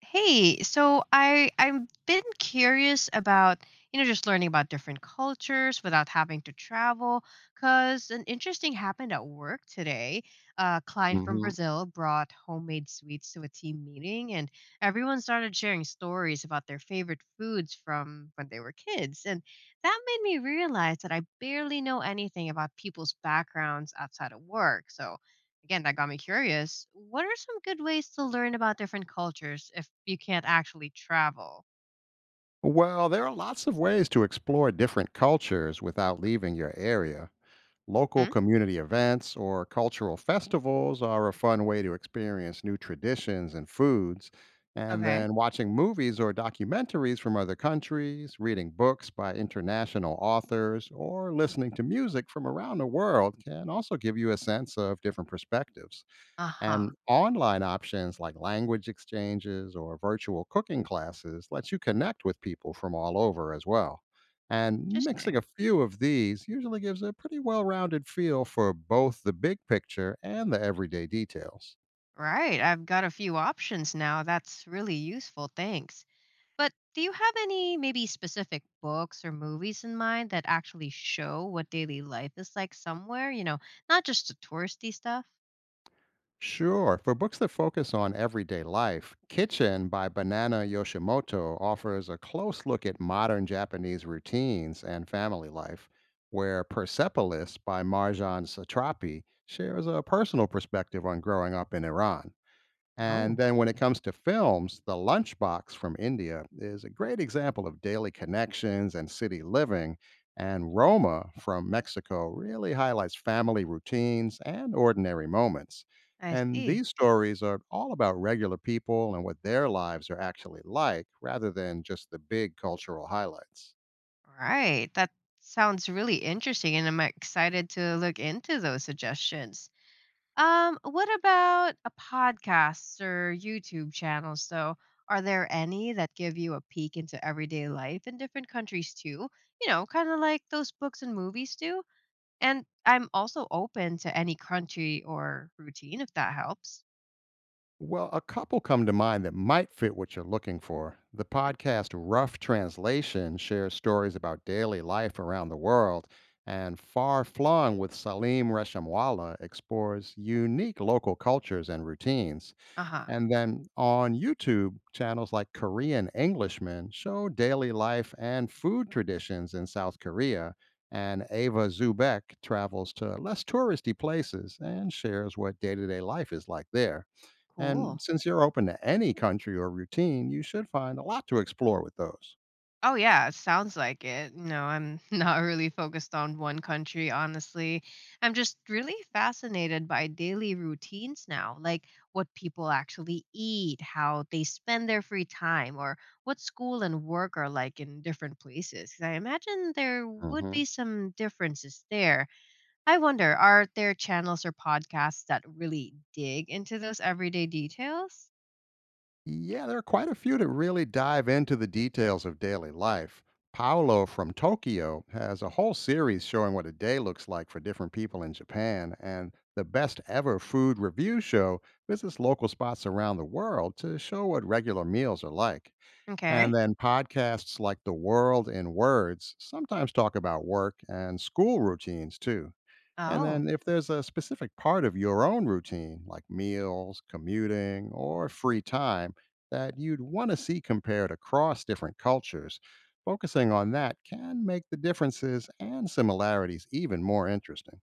Hey, so I've been curious about, you know, just learning about different cultures without having to travel. Cause an interesting happened at work today. A client from Hmm. Brazil brought homemade sweets to a team meeting, and everyone started sharing stories about their favorite foods from when they were kids. And that made me realize that I barely know anything about people's backgrounds outside of work. Again, that got me curious. What are some good ways to learn about different cultures if you can't actually travel? Well, there are lots of ways to explore different cultures without leaving your area. Local Hmm? community events or cultural festivals are a fun way to experience new traditions and foods. And Okay. then watching movies or documentaries from other countries, reading books by international authors, or listening to music from around the world can also give you a sense of different perspectives. Uh huh. And online options like language exchanges or virtual cooking classes let you connect with people from all over as well. And mixing Interesting. a few of these usually gives a pretty well rounded feel for both the big picture and the everyday details. Right. I've got a few options now. That's really useful. Thanks. But do you have any maybe specific books or movies in mind that actually show what daily life is like somewhere? You know, not just the touristy stuff? Sure. For books that focus on everyday life, Kitchen by Banana Yoshimoto offers a close look at modern Japanese routines and family life, where Persepolis by Marjan Satrapi shares a personal perspective on growing up in Iran. And Oh, then when it comes to films, The Lunchbox from India is a great example of daily connections and city living. And Roma from Mexico really highlights family routines and ordinary moments. I And see. these stories are all about regular people and what their lives are actually like rather than just the big cultural highlights. Right. That sounds really interesting. And I'm excited to look into those suggestions. What about a podcasts or YouTube channels though? Are there any that give you a peek into everyday life in different countries too? You know, kind of like those books and movies do. And I'm also open to any country or routine if that helps. Well, a couple come to mind that might fit what you're looking for. The Hmm. podcast Rough Translation shares stories about daily life around the world, and Far Flung with Salim Reshamwala explores unique local cultures and routines. Uh huh. And then on YouTube, channels like Korean Englishmen show daily life and food traditions in South Korea. And Ava Zubek travels to less touristy places and shares what day to day life is like there. And Cool. since you're open to any country or routine, you should find a lot to explore with those. Oh yeah, it sounds like it. No, I'm not really focused on one country, honestly. I'm just really fascinated by daily routines now, like what people actually eat, how they spend their free time, or what school and work are like in different places. 'Cause I imagine there would Hmm. be some differences there. I wonder, are there channels or podcasts that really dig into those everyday details? Yeah, there are quite a few to really dive into the details of daily life. Paolo from Tokyo has a whole series showing what a day looks like for different people in Japan, and the best ever food review show visits local spots around the world to show what regular meals are like. Okay. And then podcasts like The World in Words sometimes talk about work and school routines too. And Oh. then if there's a specific part of your own routine, like meals, commuting, or free time, that you'd want to see compared across different cultures, focusing on that can make the differences and similarities even more interesting.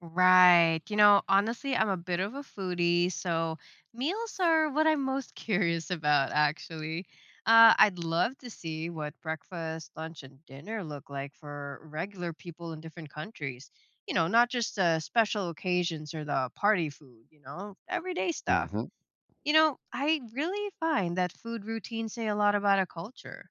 Right. You know, honestly, I'm a bit of a foodie, so meals are what I'm most curious about, actually. I'd love to see what breakfast, lunch, and dinner look like for regular people in different countries. You know, not just special occasions or the party food, you know, everyday stuff. Mhm. You know, I really find that food routines say a lot about a culture.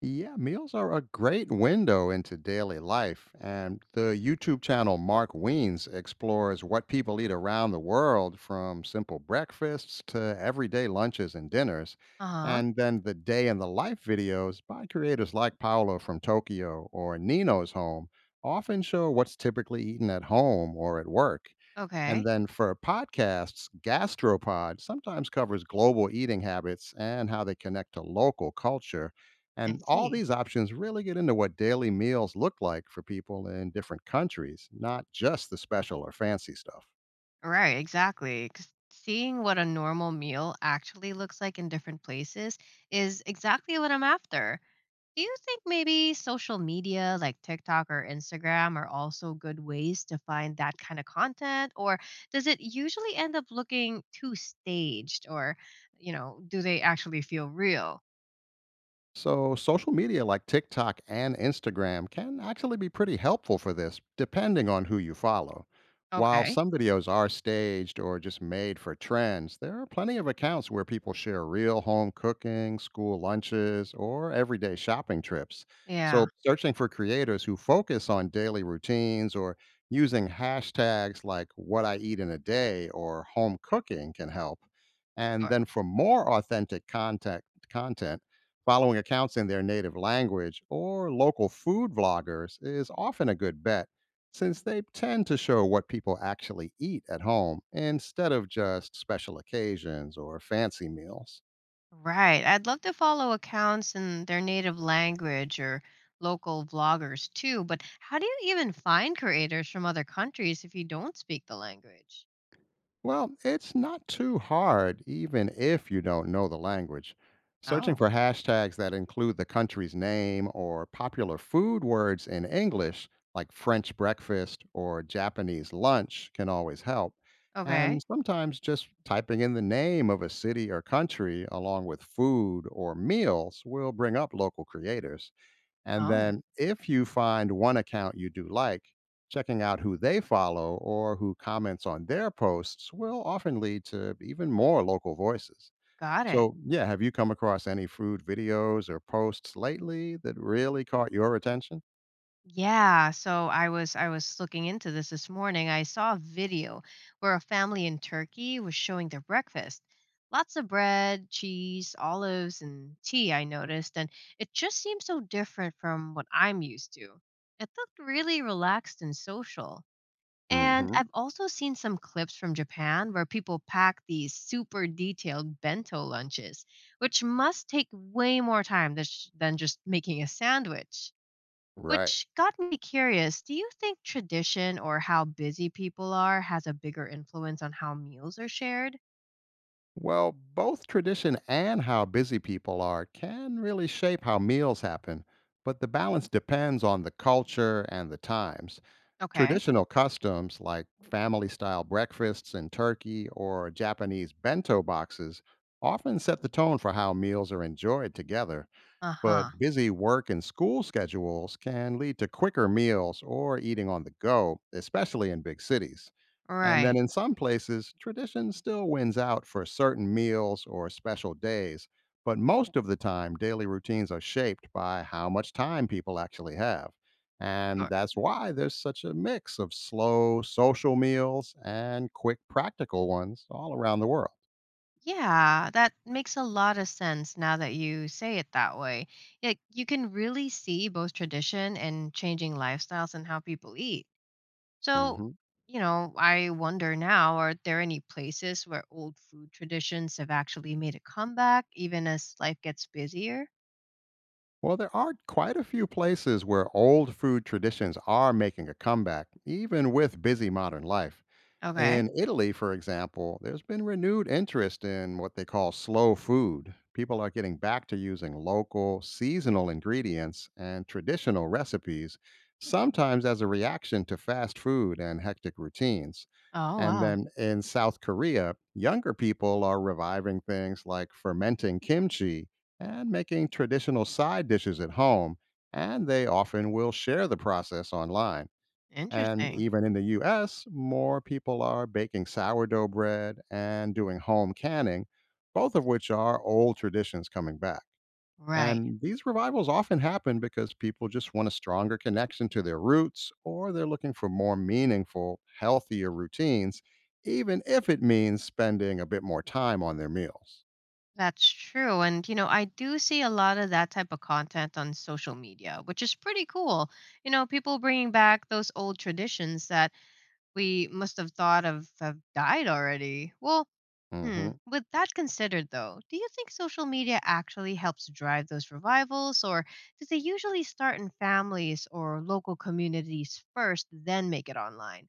Yeah, meals are a great window into daily life. And the YouTube channel Mark Weens explores what people eat around the world from simple breakfasts to everyday lunches and dinners. Uh huh. And then the day in the life videos by creators like Paolo from Tokyo or Nino's Home often show what's typically eaten at home or at work. And Okay. then for podcasts, Gastropod sometimes covers global eating habits and how they connect to local culture. I And all see. these options really get into what daily meals look like for people in different countries, not just the special or fancy stuff. Right, exactly. 'Cause seeing what a normal meal actually looks like in different places is exactly what I'm after. Do you think maybe social media like TikTok or Instagram are also good ways to find that kind of content? Or does it usually end up looking too staged? Or, you know, do they actually feel real? So, social media like TikTok and Instagram can actually be pretty helpful for this, depending on who you follow. While Okay. some videos are staged or just made for trends, there are plenty of accounts where people share real home cooking, school lunches, or everyday shopping trips. Yeah. So, searching for creators who focus on daily routines or using hashtags like what I eat in a day or home cooking can help. And then for more authentic contact, content, following accounts in their native language or local food vloggers is often a good bet since they tend to show what people actually eat at home instead of just special occasions or fancy meals. Right. I'd love to follow accounts in their native language or local vloggers too, but how do you even find creators from other countries if you don't speak the language? Well, it's not too hard, even if you don't know the language. Searching Oh, for hashtags that include the country's name or popular food words in English, like French breakfast or Japanese lunch, can always help. And okay. sometimes just typing in the name of a city or country along with food or meals will bring up local creators. And Oh, then if you find one account you do like, checking out who they follow or who comments on their posts will often lead to even more local voices. got it. So, yeah, have you come across any food videos or posts lately that really caught your attention? Yeah, so I was looking into this morning. I saw a video where a family in Turkey was showing their breakfast. Lots of bread, cheese, olives, and tea, I noticed, and it just seemed so different from what I'm used to. It looked really relaxed and social. And Hmm. I've also seen some clips from Japan where people pack these super detailed bento lunches, which must take way more time than than just making a sandwich. Right. Which got me curious. Do you think tradition or how busy people are has a bigger influence on how meals are shared? Well, both tradition and how busy people are can really shape how meals happen, but the balance depends on the culture and the times. Okay. Traditional customs like family style breakfasts in Turkey or Japanese bento boxes often set the tone for how meals are enjoyed together, Uh huh. but busy work and school schedules can lead to quicker meals or eating on the go, especially in big cities. And then Right. in some places, tradition still wins out for certain meals or special days, but most of the time, daily routines are shaped by how much time people actually have. And Sure. that's why there's such a mix of slow social meals and quick practical ones all around the world. Yeah, that makes a lot of sense now that you say it that way. Like you can really see both tradition and changing lifestyles and how people eat. So, Hmm. you know, I wonder now, are there any places where old food traditions have actually made a comeback even as life gets busier? Well, there are quite a few places where old food traditions are making a comeback, even with busy modern life. Okay. In Italy, for example, there's been renewed interest in what they call slow food. People are getting back to using local, seasonal ingredients and traditional recipes, sometimes as a reaction to fast food and hectic routines. Oh, And wow. then in South Korea, younger people are reviving things like fermenting kimchi and making traditional side dishes at home, and they often will share the process online. And Interesting. even in the US, more people are baking sourdough bread and doing home canning, both of which are old traditions coming back. Right. And these revivals often happen because people just want a stronger connection to their roots, or they're looking for more meaningful, healthier routines, even if it means spending a bit more time on their meals. That's true. And, you know, I do see a lot of that type of content on social media, which is pretty cool. You know, people bringing back those old traditions that we must have thought of have died already. Well, Mhm. with that considered, though, do you think social media actually helps drive those revivals, or do they usually start in families or local communities first, then make it online?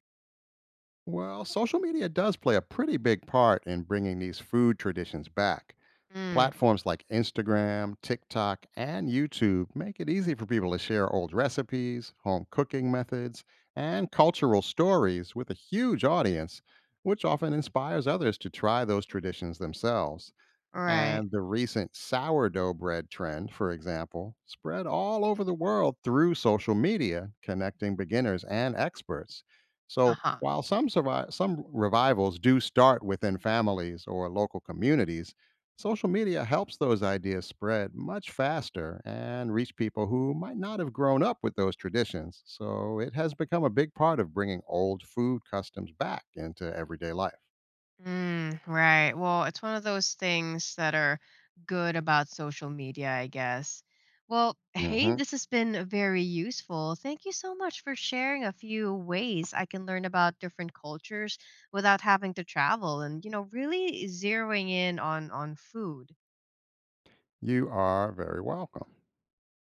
Well, social media does play a pretty big part in bringing these food traditions back. Mm, Platforms like Instagram, TikTok, and YouTube make it easy for people to share old recipes, home cooking methods, and cultural stories with a huge audience, which often inspires others to try those traditions themselves. right. And the recent sourdough bread trend, for example, spread all over the world through social media, connecting beginners and experts. Uh So, huh. while some, some revivals do start within families or local communities, social media helps those ideas spread much faster and reach people who might not have grown up with those traditions. So, it has become a big part of bringing old food customs back into everyday life. Mm, right. Well, it's one of those things that are good about social media, I guess. Well, hey, Hmm. this has been very useful. Thank you so much for sharing a few ways I can learn about different cultures without having to travel and, you know, really zeroing in on food. You are very welcome.